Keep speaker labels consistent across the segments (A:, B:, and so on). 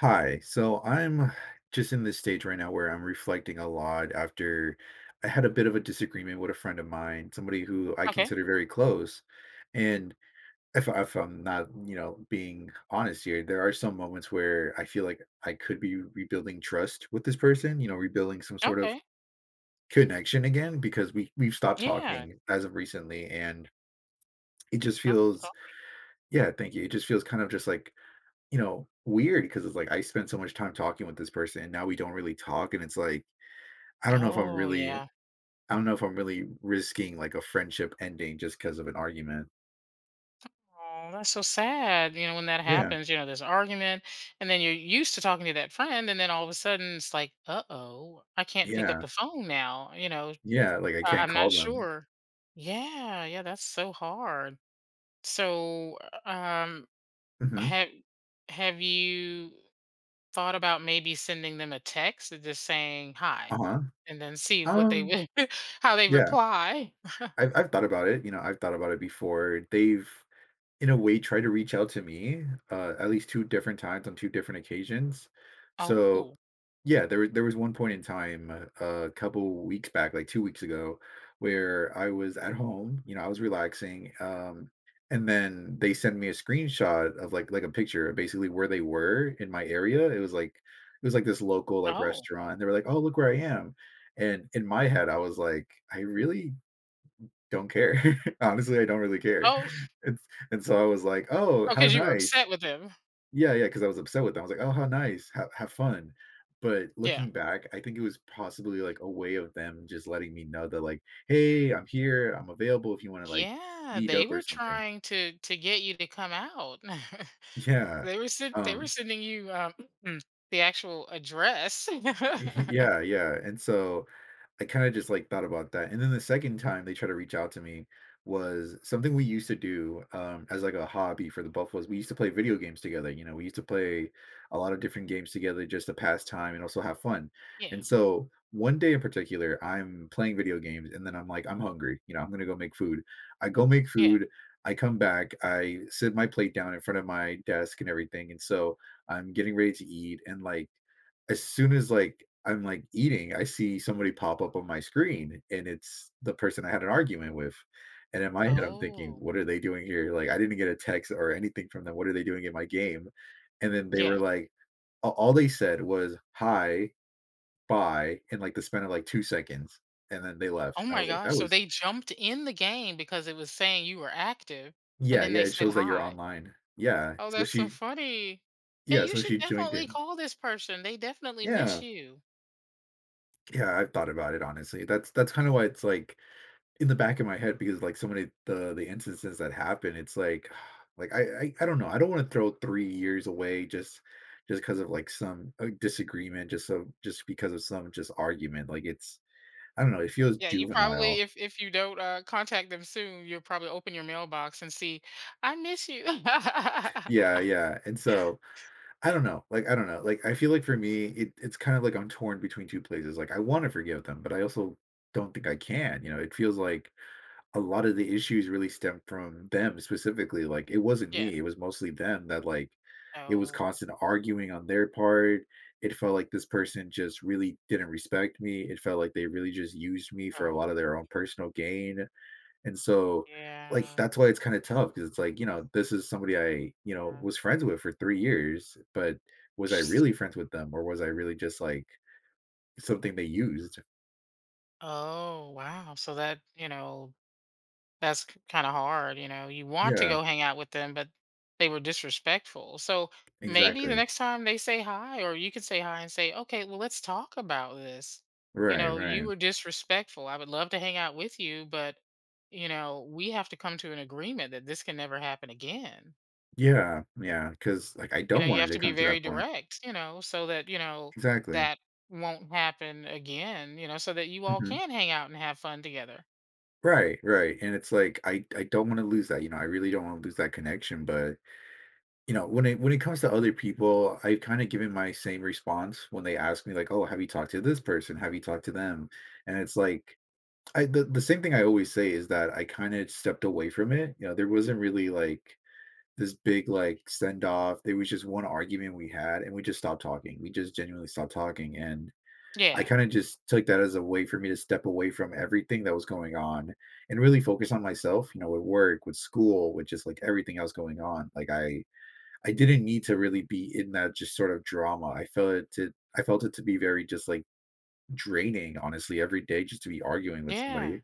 A: Hi. I'm just in this stage right now where I'm reflecting a lot after I had a bit of a disagreement with a friend of mine, somebody who I
B: Okay.
A: consider very close. And if, I- if I'm not, you know, being honest here, there are some moments where I feel like I could be rebuilding trust with this person, you know, rebuilding some sort of
B: Okay.
A: connection again because we've stopped
B: Yeah.
A: talking as of recently, and it just
B: Oh, so-
A: feels yeah, thank you. It just feels kind of just like, you know, weird because it's like I spent so much time talking with this person and now we don't really talk. And it's like, I don't know if I'm
B: oh,
A: really,
B: yeah.
A: I don't know if I'm really risking like a friendship ending just because of an argument.
B: Oh, that's so sad. You know, when that
A: Yeah.
B: happens, you know, there's an argument, and then you're used to talking to that friend, and then all of a sudden it's like, uh oh, I can't pick up
A: Yeah.
B: the phone now. You know,
A: Yeah. Like I
B: I-
A: can't
B: I'm
A: call
B: not
A: them.
B: sure. Yeah, yeah, that's so hard. So, um,
A: Hmm.
B: have have you thought about maybe sending them a text and just saying hi,
A: Uh-huh.
B: and then see what they
A: Um,
B: would, how they
A: yeah.
B: reply?
A: I've thought about it. You know, I've thought about it before. They've in a way tried to reach out to me, at least two different times on two different occasions. So
B: Oh,
A: yeah, there was one point in time, a couple weeks back, like 2 weeks ago, where I was at home, you know, I was relaxing, and then they sent me a screenshot of, like, a picture of basically where they were in my area. It was like it was this local, like,
B: oh.
A: restaurant. They were like, "Oh, look where I am." And in my head, I was like, "I really don't care." Honestly, I don't really care.
B: Oh,
A: And so I was like, "Oh,
B: oh,
A: how
B: because you were
A: nice."
B: upset with them.
A: Yeah, yeah, because I was upset with them. I was like, "Oh, how nice. Have fun." But
B: Yeah.
A: looking back, I think it was possibly, like, a way of them just letting me know that, like, "Hey, I'm here. I'm available if you wanna, like,
B: Yeah,
A: meet
B: they
A: up or
B: were
A: something."
B: trying to get you to come out.
A: Yeah.
B: They were
A: Um.
B: sending you, the actual address.
A: Yeah, yeah, and so I kinda just, like, thought about that, and then the second time they tried to reach out to me was something we used to do, as, like, a hobby for the Buffaloes. We used to play video games together, you know, we used to play a lot of different games together just to pass time and also have fun,
B: Yeah,
A: and so one day in particular, I'm playing video games, and then I'm like, "I'm hungry," you know, "I'm gonna go make food." I go make
B: yeah.
A: food, I come back, I sit my plate down in front of my desk and everything, and so I'm getting ready to eat, and, like, as soon as like I'm like eating, I see somebody pop up on my screen and it's the person I had an argument with. And in my head, I'm thinking,
B: Oh,
A: what are they doing here? Like, I didn't get a text or anything from them. What are they doing in my game? And then they
B: yeah.
A: were like, all they said was hi, bye, in like the span of like 2 seconds. And then they left.
B: Oh
A: And I
B: my
A: was like,
B: gosh,
A: that
B: so
A: was,
B: they jumped in the game because it was saying you were active, and
A: yeah,
B: then
A: yeah,
B: they
A: it
B: said
A: shows that you're
B: hi.
A: online. Yeah.
B: Oh,
A: So
B: that's so
A: she,
B: funny. Yeah,
A: yeah,
B: you
A: so
B: should
A: she joined
B: definitely
A: in.
B: call this person, they definitely miss
A: Yeah.
B: you.
A: Yeah. I've thought about it, honestly. That's kind of why it's like, in the back of my head because like so many the instances that happen, it's like like I don't know. I don't want to throw 3 years away just because of like some disagreement, just just because of some just argument. Like it's, I don't know. It feels
B: Yeah, you
A: juvenile.
B: probably if you don't contact them soon, you'll probably open your mailbox and see, "I miss you."
A: Yeah, yeah. And so I don't know. Like I don't know. Like I feel like for me, it's kind of like I'm torn between two places. Like I want to forgive them, but I also don't think I can. You know, it feels like a lot of the issues really stemmed from them specifically. Like it wasn't
B: Yeah.
A: me, it was mostly them that like it was
B: Oh.
A: constant arguing on their part. It felt like this person just really didn't respect me. It felt like they really just used me for a lot of their
B: Oh,
A: own personal gain. And so like
B: yeah.
A: that's why it's kind of tough because it's like, you know, this is somebody I, you know,
B: uh,
A: was friends with for 3 years, but was I
B: s-
A: really friends with them or was I really just like something they used?
B: Oh, wow. So that, you know that's kind of hard. You know, you want to
A: Yeah,
B: go hang out with them, but they were disrespectful. So maybe the
A: exactly.
B: next time they say hi, or you could say hi and say, okay, well, let's talk about this. You
A: Right,
B: know, you
A: right.
B: were disrespectful. I would love to hang out with you, but, you know, we have to come to an agreement that this can never happen again.
A: Yeah, yeah, because like, I
B: You know,
A: don't
B: you
A: want it
B: have
A: to
B: to be
A: come to
B: very
A: that point.
B: direct, you know, so that, you know,
A: Exactly.
B: that won't happen again, you know, so that you all
A: Mhm.
B: can hang out and have fun together.
A: Right, right, and it's like, I don't wanna lose that, you know, I really don't wanna lose that connection, but, you know, when it comes to other people, I've kinda given my same response when they ask me, like, "Oh, have you talked to this person? Have you talked to them?" And it's like, I the same thing I always say is that I kinda stepped away from it, you know, there wasn't really, like, this big, like, send off, there was just one argument we had, and we just stopped talking, we just genuinely stopped talking, and I
B: Yeah.
A: kind of just took that as a way for me to step away from everything that was going on and really focus on myself, you know, with work, with school, with just like everything else going on. Like I didn't need to really be in that just sort of drama. I felt it to be very just like draining, honestly, every day just to be arguing with somebody.
B: Yeah.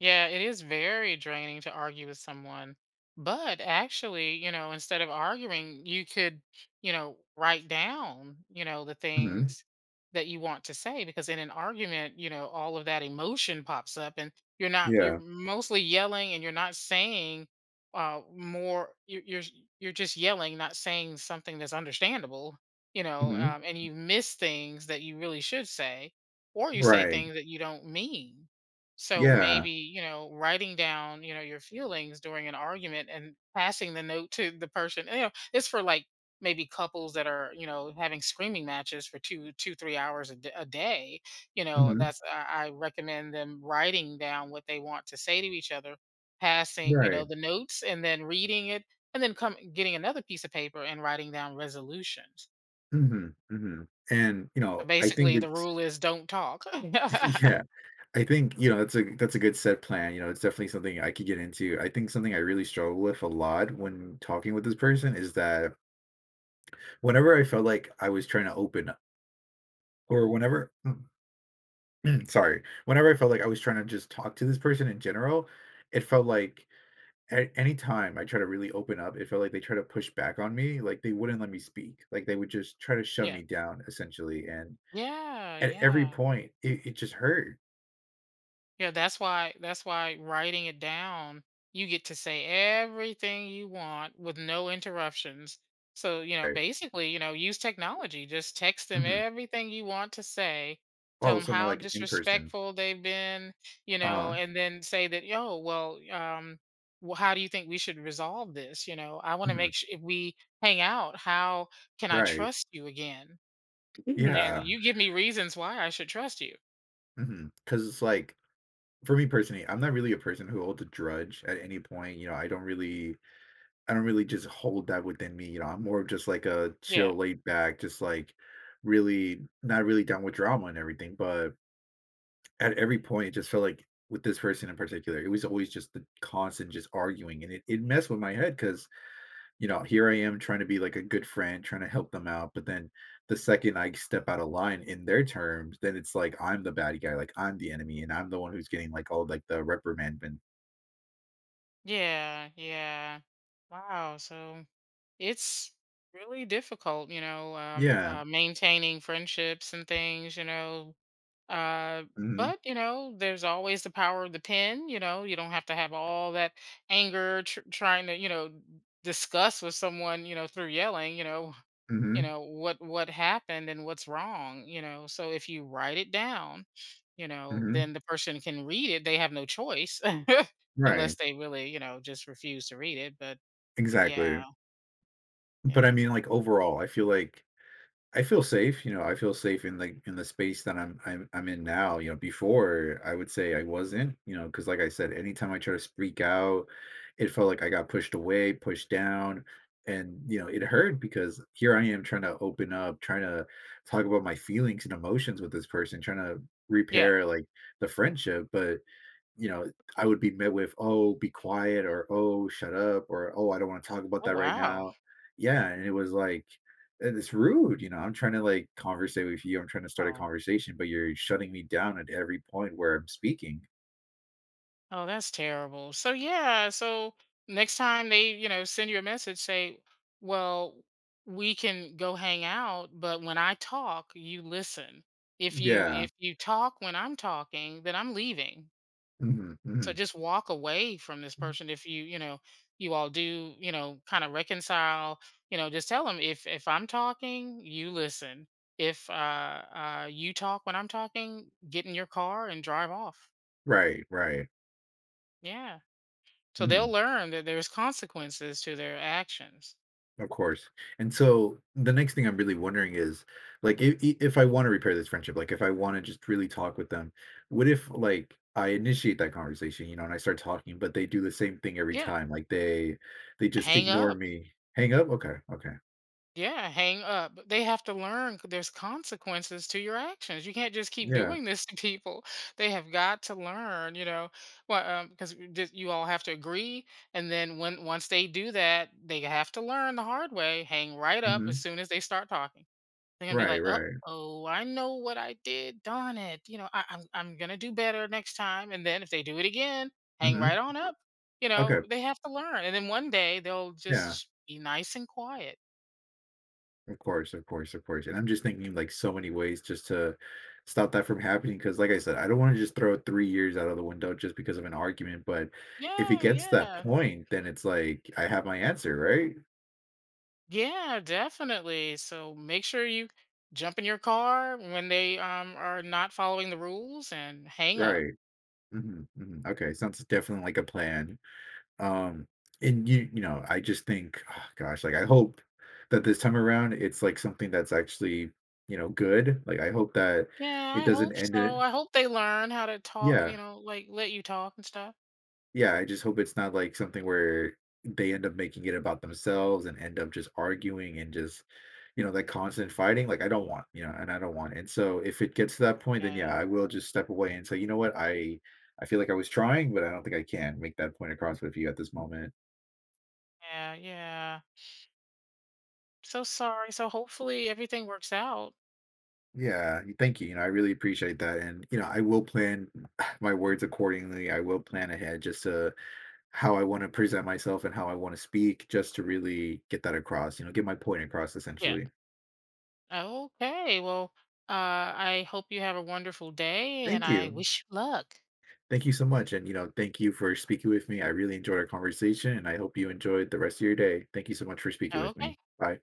B: Yeah, it is very draining to argue with someone. But actually, you know, instead of arguing, you could, you know, write down, you know, the
A: Hmm.
B: things that you want to say because in an argument, you know, all of that emotion pops up and you're not you're
A: Yeah.
B: mostly yelling and you're not saying uh more you're you're, you're just yelling, not saying something that's understandable, you know,
A: Hmm.
B: and you miss things that you really should say or you say
A: Right.
B: things that you don't mean. So
A: Yeah.
B: maybe, you know, writing down, you know, your feelings during an argument and passing the note to the person. You know, it's for like maybe couples that are, you know, having screaming matches for two, two, 3 hours a day. You know,
A: Hmm.
B: that's I recommend them writing down what they want to say to each other, passing, you know,
A: Right.
B: the notes and then reading it, and then come getting another piece of paper and writing down resolutions.
A: Hmm. Hmm. And you
B: So,
A: know, I think
B: basically, the
A: it's
B: rule is don't talk. Yeah.
A: yeah. I think, you know, that's a good set plan, you know, it's definitely something I could get into. I think something I really struggle with a lot when talking with this person is that whenever I felt like I was trying to open up or whenever sorry, whenever I felt like I was trying to just talk to this person in general, it felt like at any time I try to really open up, it felt like they try to push back on me, like they wouldn't let me speak. Like they would just try to shut me down essentially. And
B: Yeah.
A: at every
B: Yeah.
A: it just hurt.
B: Yeah, that's why writing it down, you get to say everything you want with no interruptions. So, you know,
A: Right.
B: basically, you know, use technology. Just text them
A: Hmm.
B: everything you want to say. Tell
A: Oh,
B: them
A: so no
B: how
A: like in person.
B: disrespectful they've been, you know,
A: Uh-huh.
B: and then say that, yo, well, how do you think we should resolve this? You know, I want to
A: Mhm.
B: make sure if we hang out, how can I
A: Right.
B: trust you again? And
A: Yeah,
B: you give me reasons why I should trust you.
A: because it's like, for me personally, I'm not really a person who holds a grudge at any point, you know, I don't really just hold that within me, you know, I'm more of just like a
B: Yeah.
A: chill, laid back, just like really not really down with drama and everything, but at every point, it just felt like with this person in particular, it was always just the constant just arguing, and it messed with my head because, you know, here I am trying to be like a good friend, trying to help them out. But then the second I step out of line in their terms, then it's like I'm the bad guy, like I'm the enemy, and I'm the one who's getting like all like the reprimandment.
B: Yeah, yeah. Wow. So it's really difficult, you know,
A: Yeah.
B: maintaining friendships and things, you know,
A: Hmm.
B: but you know, there's always the power of the pen. You know, you don't have to have all that anger trying to you know discuss with someone you know through yelling. You
A: Hmm.
B: know what happened and what's wrong. You know, so if you write it down, you know,
A: Hmm.
B: then the person can read it. They have no choice
A: Right.
B: unless they really you know just refuse to read it. But yeah,
A: Exactly. But I
B: yeah,
A: mean, like overall, I feel like I feel safe, you know, I feel safe in the space that I'm in now. You know, before I would say I wasn't, you know, because like I said, anytime I try to speak out, it felt like I got pushed away, pushed down, and you know, it hurt because here I am trying to open up, trying to talk about my feelings and emotions with this person, trying to
B: yeah.
A: repair like the friendship, but you know, I would be met with, "Oh, be quiet," or "Oh, shut up," or "Oh, I don't want to talk about
B: Oh
A: that right
B: wow.
A: now." Yeah, and it was like, and it's rude, you know. I'm trying to like conversate with you. I'm trying to start a conversation, but you're shutting me down at every point where I'm speaking.
B: Oh, that's terrible. So yeah, so next time they, you know, send you a message, say, "Well, we can go hang out, but when I talk, you listen. If
A: Mhm.
B: you
A: Yeah.
B: talk when I'm talking, then I'm leaving.
A: Hmm.
B: So
A: Hmm.
B: just walk away from this person if you, you know, you all do, you know, kind of reconcile, you know, just tell them if I'm talking, you listen. If you talk when I'm talking, get in your car and drive off."
A: Right. Right.
B: Yeah. So they'll
A: Mhm.
B: learn that there's consequences to their actions.
A: Of course. And so the next thing I'm really wondering is like if I want to repair this friendship, like if I want to just really talk with them, what if like I initiate that conversation, you know, and I start talking, but they do the same thing every
B: Yeah,
A: time. Like they just
B: hang
A: ignore
B: up.
A: me. Hang up? Okay. Okay.
B: Yeah, hang up. But they have to learn there's consequences to your actions. You can't just keep
A: Yeah.
B: doing this to people. They have got to learn, you know, well, because you all have to agree. And then when once they do that, they have to learn the hard way. Hang right up as
A: Hmm.
B: soon as they start talking. They're gonna be
A: Right,
B: like, "Uh
A: right.
B: oh, I know what I did. Darn it! You know, I'm gonna do better next time." And then if they do it again, hang
A: Hmm.
B: right on up. You
A: Okay.
B: know, they have to learn. And then one day they'll
A: Yeah.
B: just be nice and quiet.
A: Of course, of course, of course. And I'm just thinking like so many ways just to stop that from happening. Cause like I said, I don't want to just throw 3 years out of the window just because of an argument. But if it
B: Yeah,
A: gets to that
B: yeah,
A: point, then it's like I have my answer, right?
B: yeah, definitely. So make sure you jump in your car when they are not following the rules and hang up.
A: Right. Hmm. Hmm. Okay. Sounds definitely like a plan. Um, and you know, I just think, oh, gosh, like I hope that this time around it's like something that's actually, you know, good. Like I hope that
B: Yeah,
A: it
B: I
A: doesn't
B: hope
A: end
B: so.
A: in,
B: I hope they learn how to talk.
A: yeah,
B: You know, like let you talk and stuff.
A: yeah, I just hope it's not like something where they end up making it about themselves and end up just arguing and just, you know, that constant fighting. I don't want. And so if it gets to that point, then yeah,
B: Yeah,
A: I will just step away and say, you know what, I feel like I was trying, but I don't think I can make that point across with you at this moment.
B: yeah, yeah. So sorry. So hopefully everything works out.
A: Yeah, thank you. You know, I really appreciate that. And you know, I will plan my words accordingly. I will plan ahead just to how I want to present myself and how I want to speak, just to really get that across, you know, get my point across
B: Yeah.
A: essentially.
B: Okay. Well, I hope you have a wonderful day and
A: Thank
B: I
A: you.
B: wish you luck.
A: Thank you so much. And, you know, thank you for speaking with me. I really enjoyed our conversation and I hope you enjoyed the rest of your day. Thank you so much for speaking with me.
B: Okay.
A: Bye.